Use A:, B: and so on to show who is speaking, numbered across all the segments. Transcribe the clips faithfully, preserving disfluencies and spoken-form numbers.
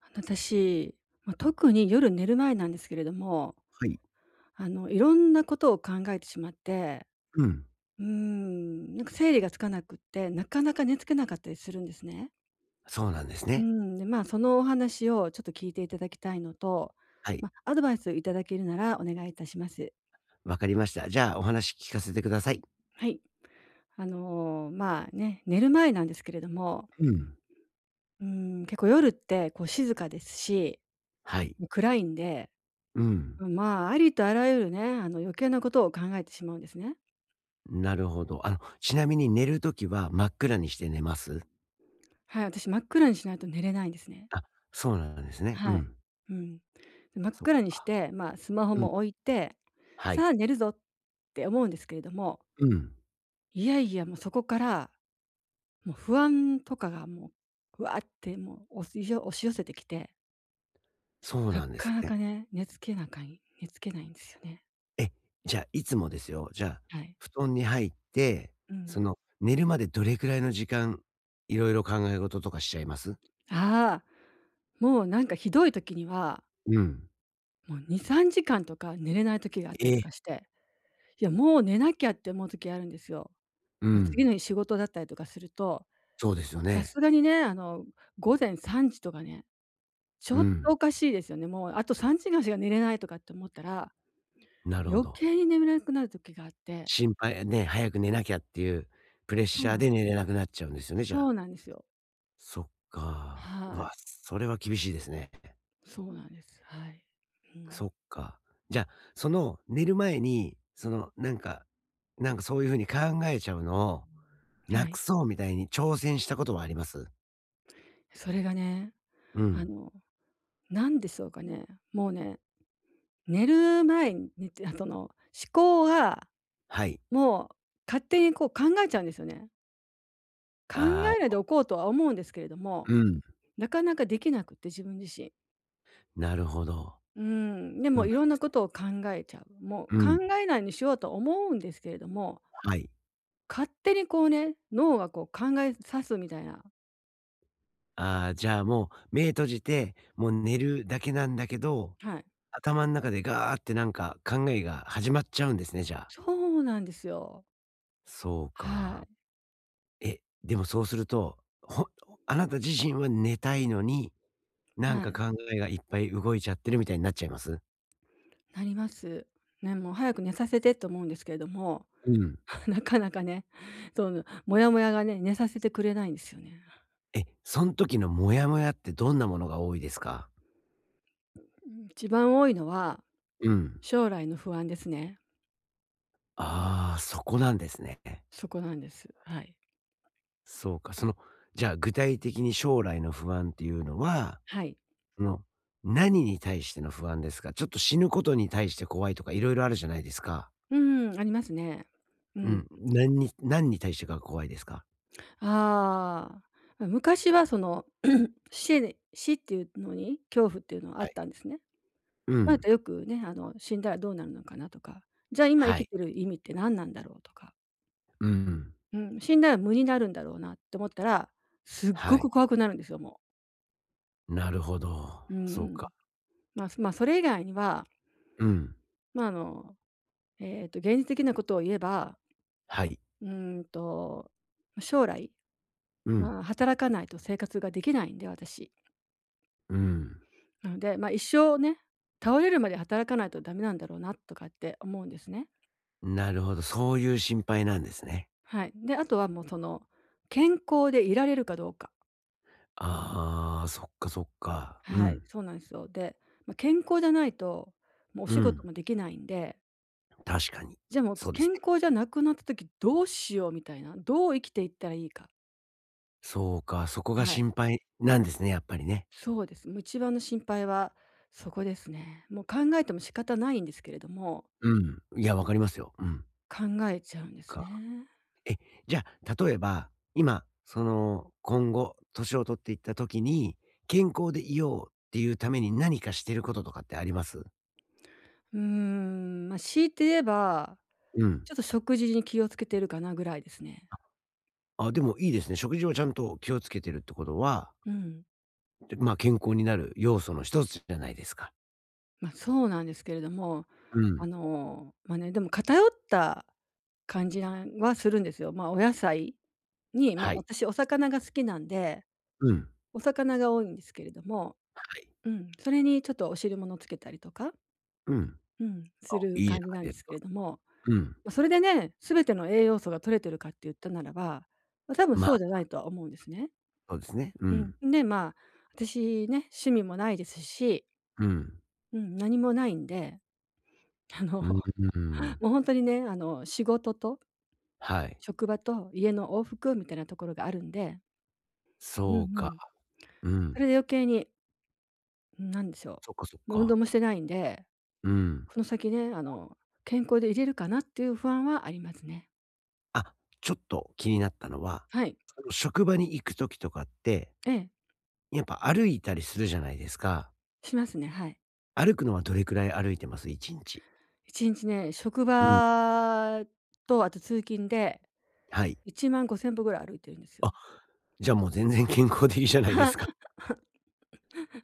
A: あの私、まあ、特に夜寝る前なんですけれども、
B: はい。
A: あの、いろんなことを考えてしまって、
B: うん、
A: うーん、なんか整理がつかなくって、なかなか寝付けなかったりするんですね。
B: そうなんです
A: う
B: ね。
A: ん、で、ま、そのお話をちょっと聞いていただきたいのと、
B: はい、
A: まあ、アドバイスいただけるならお願いいたします。
B: わかりました。じゃあ、お話聞かせてください。
A: はい。あの、まあ、ね、寝る前なんですけれども、
B: うん。
A: うん、結構夜ってこう静かですし、
B: はい。
A: 暗いんで、
B: うん、
A: まあ、ありとあらゆるね、あの、余計なことを考えてしまうんですね。
B: なるほど。あの、ちなみに寝るときは真っ暗にして寝ます
A: はい、私真っ暗にしないと寝れないんですね。
B: あ、そうなんですね。う
A: はい。
B: ん。
A: うん。で真っ
B: そ
A: 暗にして、まあ、スマホ
B: う、うん。
A: も置いて、
B: はい。
A: さあ寝るぞって思うんですけれども、
B: うん、
A: いやいや、もうそこから、もう不安とかがもう、ふわってもう押し寄押し寄せてきて、
B: そう
A: な
B: なんです
A: かなか
B: ね。
A: ね、寝つけなかい寝つけないんですよね。
B: え、じゃあ、いつもですよ、じゃあ、
A: はい。
B: 布団に入って、
A: うん。
B: その、寝るまでどれくらいの時間、いろいろ考え事とかしちゃいます
A: ああ、もうなんかひどい時には、
B: うん。
A: もうに、さんじかんとか寝れない時があったりと
B: え、
A: かして、いや、もう寝なきゃって思う時あるんですよ。
B: う
A: まあ、次
B: ん、
A: の日仕事だったりとかすると、
B: そうですよ
A: さ
B: ね。
A: すがにね、あの、午前さんじとかね、ち
B: う
A: ょっとお
B: ん、
A: かしいですよね。もうあとさんじかんしか寝れないとかって思ったら、
B: なるほ
A: 余
B: ど。
A: 計に眠れなくなる時があって。
B: 心配ね、早く寝なきゃっていうプレッ
A: そ
B: シ
A: う
B: ャー
A: なんで
B: で寝
A: す。
B: れなくなっちゃうんですよね、じゃ
A: そ
B: あ。
A: うなんですよ。
B: そっか。う
A: は
B: わ、
A: い。
B: それは厳しいですね。
A: そうなんです。はい。う
B: そ
A: ん。
B: っか。じゃあ、その寝る前に、そのなんか、なんかそういうふうに考えちゃうのを、な
A: は
B: く
A: い。
B: そうみたいに挑戦したことはあります？
A: それがね、
B: う
A: あ
B: ん。
A: の、なんでしょうかね、もうね、寝る前に寝てあ、その、思考が
B: はい。
A: もう勝手にこう考えちゃうんですよね。考え
B: あ
A: ない
B: あ、
A: でおこうとは思うんですけれども、
B: うん。
A: なかなかできなくって、自分自身。
B: なるほど。
A: うん、で
B: そうな
A: も
B: ん
A: い
B: で
A: ろんなこ
B: す。
A: とを考えちゃう。もう
B: うん。
A: 考えないようにしようと思うんですけれども、
B: はい。
A: 勝手にこうね、脳がこう考えさすみたいな。
B: ああ、じゃあもう目閉じて、もう寝るだけなんだけど、
A: はい。
B: 頭ん中でガーってなんか考えが始まっちゃうんですね、じゃあ。
A: そうなんですよ。
B: そう
A: は
B: か。
A: い。
B: え、でもそうすると、ほあなた自身は寝たいのに、なん
A: は
B: か
A: い。
B: 考えがいっぱい動いちゃってるみたいになっちゃいます
A: なります。ね、もう早く寝させてと思うんですけれども、
B: うん。
A: なかなかね、そのモヤモヤがね、寝させてくれないんですよね。
B: え、そん時のモヤモヤってどんなものが多いですか？
A: 一番多いのは、
B: うん。
A: 将来の不安ですね。
B: ああ、そこなんですね。
A: そこなんです。はい。
B: そうか。その、じゃあ具体的に将来の不安っていうのは、
A: はい。
B: その、何に対しての不安ですか？ちょっと死ぬことに対して怖いとかいろいろあるじゃないですか。
A: うん、ありますね。う
B: う
A: ん。
B: ん。何に何に対してが怖いですか？
A: ああ、ま昔はその、死ね死っていうのに恐怖っていうのはあ
B: は
A: っ
B: い。
A: たんですね。
B: う
A: ま
B: ん。
A: あ、よくね、あの、死んだらどうなるのかなとか、じゃあ今生
B: は
A: き
B: い。
A: てる意味って何なんだろうとか、
B: うん。
A: うん、死んだら無になるんだろうなって思ったら、すっご
B: は
A: く
B: い。
A: 怖くなるんですよ、も
B: なるほど。
A: う。うん
B: そう
A: う
B: か。
A: ん。まあ、そまあ、それ以外には、
B: うん。
A: ま、ああの、えっと、現実的なことを言えば、
B: はい。
A: うーんと、将来、
B: うん。
A: まあ、働かないと生活ができないんで、私。
B: うん。
A: なので、まあ、一生ね、倒れるまで働かないとダメなんだろうなとかって思うんですね。
B: なるほど、そういう心配なんですね。
A: はい。で、あとはもうその、健康でいられるかどうか。
B: ああ、そっかそっか。う
A: はい、
B: ん。
A: そうなんですよ。で、まあ、健康じゃないと、もうお
B: う
A: 仕事
B: ん。
A: もできないんで、
B: 確かに。
A: じゃあもう
B: そうです
A: 健
B: ね。
A: 康じゃなくなった時どうしようみたいな、どう生きていったらいいか。
B: そうか、そこが
A: はい。
B: 心配なんですね、やっぱりね。
A: そうです。もう一番の心配はそこですね。もう考えても仕方ないんですけれども、
B: うん。いや、わかりますよ。うん。
A: 考えちゃうんです
B: か。
A: ね。
B: え、じゃあ、例えば、今、その、今後、年を取っていった時に、健康でいようっていうために何かしてることとかってあります？
A: うーん、ま、あ強いて言えば
B: うん。
A: ちょっと食事に気をつけてるかなぐらいですね。
B: あ、でもいいですね。食事をちゃんと気をつけてるってことは、
A: うん。
B: で、まあ、健康になる要素の一つじゃないですか。
A: まあ、そうなんですけれども、
B: うん。
A: あの、ま、ね、でも偏った感じなんはするんですよ。まあ、お野菜に、まあ、
B: はい。
A: 私お魚が好きなんで、
B: うん。
A: お魚が多いんですけれども、
B: はい。
A: うん、それにちょっとお汁物つけたりとか、
B: うん。
A: うん、する
B: いいじゃ
A: 感じ
B: ない
A: なん
B: で
A: です
B: す
A: け
B: か。
A: れども、
B: うん。
A: ま、それでね、全ての栄養素が取れてるかって言ったならば、ま、多分
B: ま
A: そうじゃな
B: あ、
A: いとは思うんですね。
B: そうですね。う
A: う
B: ん。
A: ん。で、まあ、私ね、趣味もないですし、
B: うん。
A: うん、何もないんで、あの、
B: うん うん。
A: もう本当にね、あの、仕事と
B: はい。
A: 職場と家の往復みたいなところがあるんで、う
B: そう
A: んう
B: か。
A: ん。
B: う
A: そ
B: ん。
A: れで余計に、なんでしょ
B: そっかそっ
A: う、もう運動
B: か。
A: もしてないんで、
B: うん。
A: この先ね、あの、健康でいれるかなっていう不安はありますね。
B: あ、ちょっと気になったのは、
A: はい。
B: その職場に行く時とかって、
A: ええ、
B: やっぱ歩いたりするじゃないですか。
A: しますね、はい。
B: 歩くのはどれくらい歩いてます？いちにち。
A: いちにちね、職
B: うん、
A: 場とあと通勤で
B: はい。
A: いちまんごせん歩ぐらい歩いてるんですよ。
B: あ、じゃあもう全然健康的じゃないですか。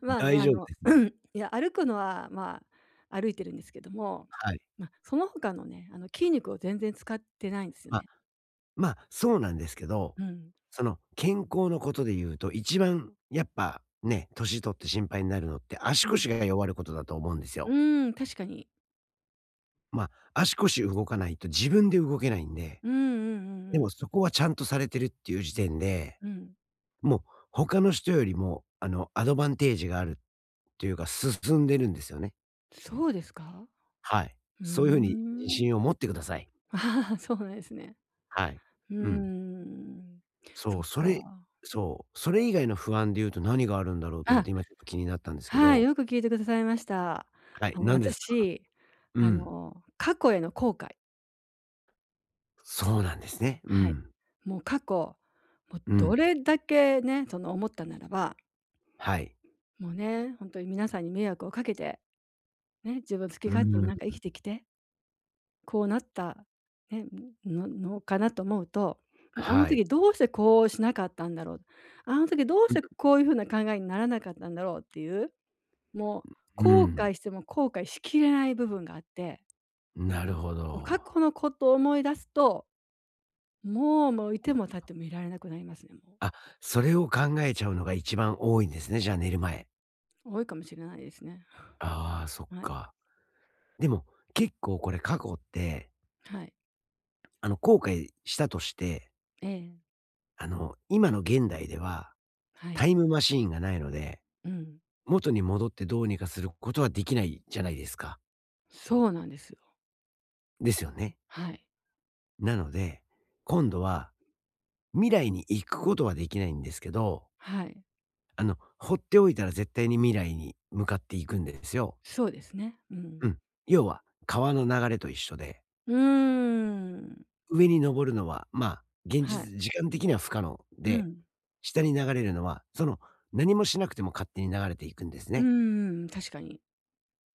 A: まあ
B: 大
A: ね、あ
B: 丈夫
A: の、
B: です。
A: いや、歩くのは、まあ、歩いてるんですけども、
B: はい。
A: まあ、その他のね、あの、筋肉を全然使ってないんですよ
B: まあ、
A: ね。
B: まあ、そうなんですけど、
A: うん。
B: その健康のことで言うと、一番やっぱね、年取って心配になるのって足
A: うん。
B: 腰が弱ることだと思うんです
A: う
B: よ。
A: ーん、確かに。
B: まあ、足腰動かないと自分で動けないんで、
A: うんうんうん
B: で
A: うん。
B: もそこはちゃんとされてるっていう時点で
A: うん。
B: もう他の人よりも、あの、アドバンテージがあるというか、進んでるんですよね。
A: そうですか？
B: はい。
A: うー
B: そういうふうに自
A: ん。
B: 信を持ってください。
A: ああ、そうなんですね。
B: はい。
A: うー
B: うん。
A: ん。
B: そ
A: そっ
B: う、それ
A: か。
B: そう、それ以外の不安で言うと何があるんだろうと思っ
A: あ、
B: て、今ちょっと気になったんですけ
A: はい、
B: ど。
A: よく聞いてくださいました。
B: はい、
A: あの、
B: 何ですか？
A: 私、
B: う
A: あ
B: ん。
A: の、過去への後悔。
B: そうなんですね。う
A: はい。
B: ん。
A: もう過去、もう
B: うん。
A: どれだけね、その思ったならば、
B: はい。
A: もうね、本当に皆さんに迷惑をかけて、ね、自分好き
B: う
A: 勝手に
B: ん、
A: なんか生きてきて、こうなった、ね、ののかなと思うと、もうあの
B: はい。
A: 時どうしてこうしなかったんだろう、あの時どうして
B: う
A: こういうふうな考えにならなかったんだろうっていう、もう
B: ん、う
A: 後
B: ん。
A: 悔しても後悔しきれない部分があって、
B: なるほ
A: 過
B: ど。
A: 去のことを思い出すと、もう、もういても立ってもいられなくなりますね、もう。
B: あ、それを考えちゃうのが一番多いんですね、じゃあ寝る前。
A: 多いかもしれないですね。
B: ああ、そっ
A: はい。
B: か。でも、結構これ過去って、
A: はい。
B: あの、後悔したとして、
A: ええ、
B: あの、今の現代では
A: はい。
B: タイムマシーンがないので、
A: うん。
B: 元に戻ってどうにかすることはできないじゃないですか。
A: そうなんですよ。
B: ですよね。
A: はい。
B: なので、今度は未来に行くことはできないんですけど、
A: はい。
B: あの、放っておいたら絶対に未来に向かっていくんですよ。
A: そうですね。うん。
B: うん。要は、川の流れと一緒で。
A: うーん。
B: 上に登るのは、まあ、現
A: はい。
B: 実時間的には不可能
A: う
B: で、
A: ん。
B: 下に流れるのは、その、何もしなくても勝手に流れていくんです
A: う
B: ね。
A: ーん、確かに。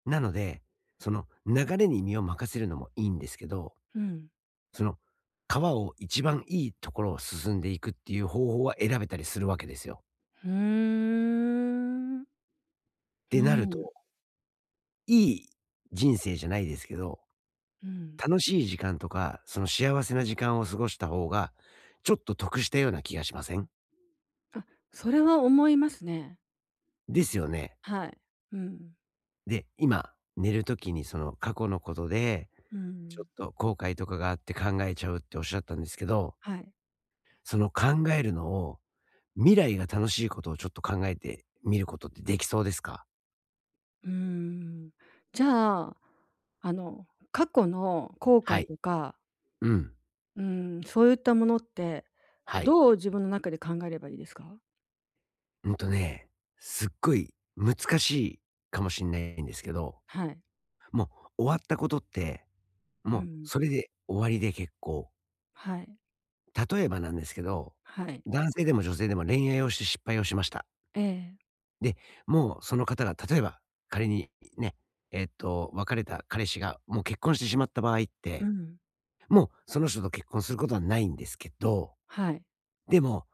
B: なので、その流れに身を任せるのもいいんですけど、
A: うん。
B: その、川を一番いいところを進んでいくっていう方法は選べたりするわけですよ。
A: うーん。
B: っ
A: う
B: てなると、
A: ん。
B: いい人生じゃないですけど、
A: うん。
B: 楽しい時間とか、その幸せな時間を過ごした方が、ちょっと得したような気がしません？
A: あ、それは思いますね。
B: ですよね。
A: はい。うん。
B: で、今、寝る時にその過去のことで、
A: う
B: ちょっ
A: ん。
B: と後悔とかがあって考えちゃうっておっしゃったんですけど、
A: はい。
B: その考えるのを、未来が楽しいことをちょっと考えてみることってできそうですか？
A: うーん。じゃあ、あの、過去の後
B: は
A: 悔
B: い。
A: とか、
B: うん。
A: うん、そういったものって、
B: はい。
A: どう自分の中で考えればいいですか？
B: うんとね、すっごい難しいかもしんないんですけど、
A: はい。
B: もう終わったことって、
A: う
B: もう
A: ん。
B: それで終わりで結構。
A: はい。
B: 例えばなんですけど、
A: はい。
B: 男性でも女性でも恋愛をして失敗をしました。
A: ええ。
B: で、もうその方が例えば、仮にね、えっと、別れた彼氏がもう結婚してしまった場合っ
A: う
B: て、
A: ん。
B: もうその人と結婚することはないんですけど、
A: はい。
B: でも、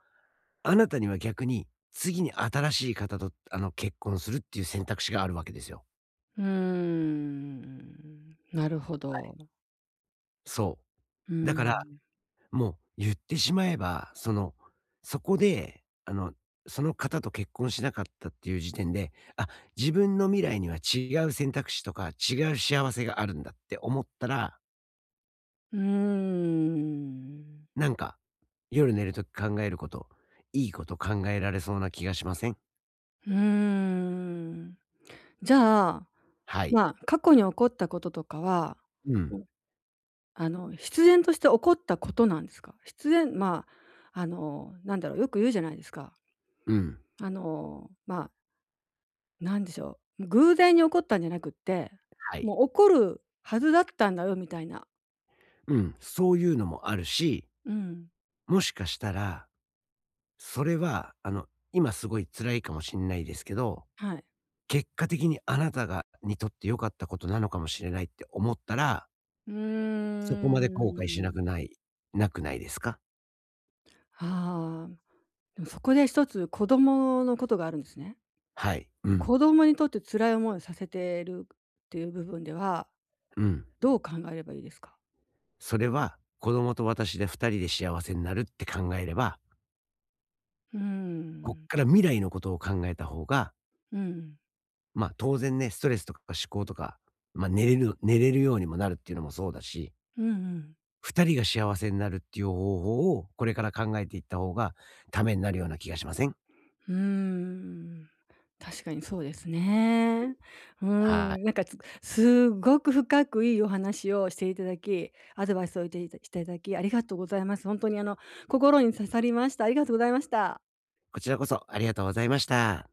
B: あなたには逆に、次に新しい方と、あの、結婚するっていう選択肢があるわけですよ。
A: うーん。なるほど。
B: そ
A: う
B: う。だから、
A: ん。
B: もう言ってしまえば、その、そこで、あの、その方と結婚しなかったっていう時点で、あ、自分の未来には違う選択肢とか違う幸せがあるんだって思ったら
A: うーん。
B: なんか、夜寝るとき考えること、いいこと考えられそうな気がしません？
A: うーん。じゃあ、
B: はい。
A: まあ、過去に起こったこととかは、
B: うん。
A: うん、あの、必然として起こったことなんですか？必然まあ、あの、なんだろう、よく言うじゃないですか。
B: うん。
A: あの、まあ、なんでしょう、偶然に起こったんじゃなくって、
B: はい。
A: もう起こるはずだったんだよみたいな。
B: うん。そういうのもあるし、
A: うん、
B: もしかしたら、それは、あの、今すごい辛いかもしんないですけど、
A: はい。
B: 結果的にあなたがにとって良かったことなのかもしれないって思ったら、
A: うー
B: そこまで後悔しなく
A: ん。
B: ないなくないですか？
A: ああ、でもそこで一つ子供のことがあるんですね。
B: はい。うん。
A: 子供にとって辛い思いをさせてるっていう部分では、
B: うん。
A: どう考えればいいですか？
B: それは、子供と私でふたりで幸せになるって考えれば
A: うー
B: こっ
A: ん。
B: から未来のことを考えた方が、
A: うん。
B: まあ、当然ね、ストレスとか思考とか、まあ、寝れる寝れるようにもなるっていうのもそうだし、
A: うんうん
B: 二人が幸せになるっていう方法をこれから考えていった方がためになるような気がしません？
A: うーん、確かにそうですね。うー
B: は
A: ん、
B: い。
A: なんか、つすごく深くいいお話をしていただき、アドバイスをいていたしていただき、ありがとうございます。ほんとに、あの、心に刺さりました。ありがとうございました。
B: こちらこそありがとうございました。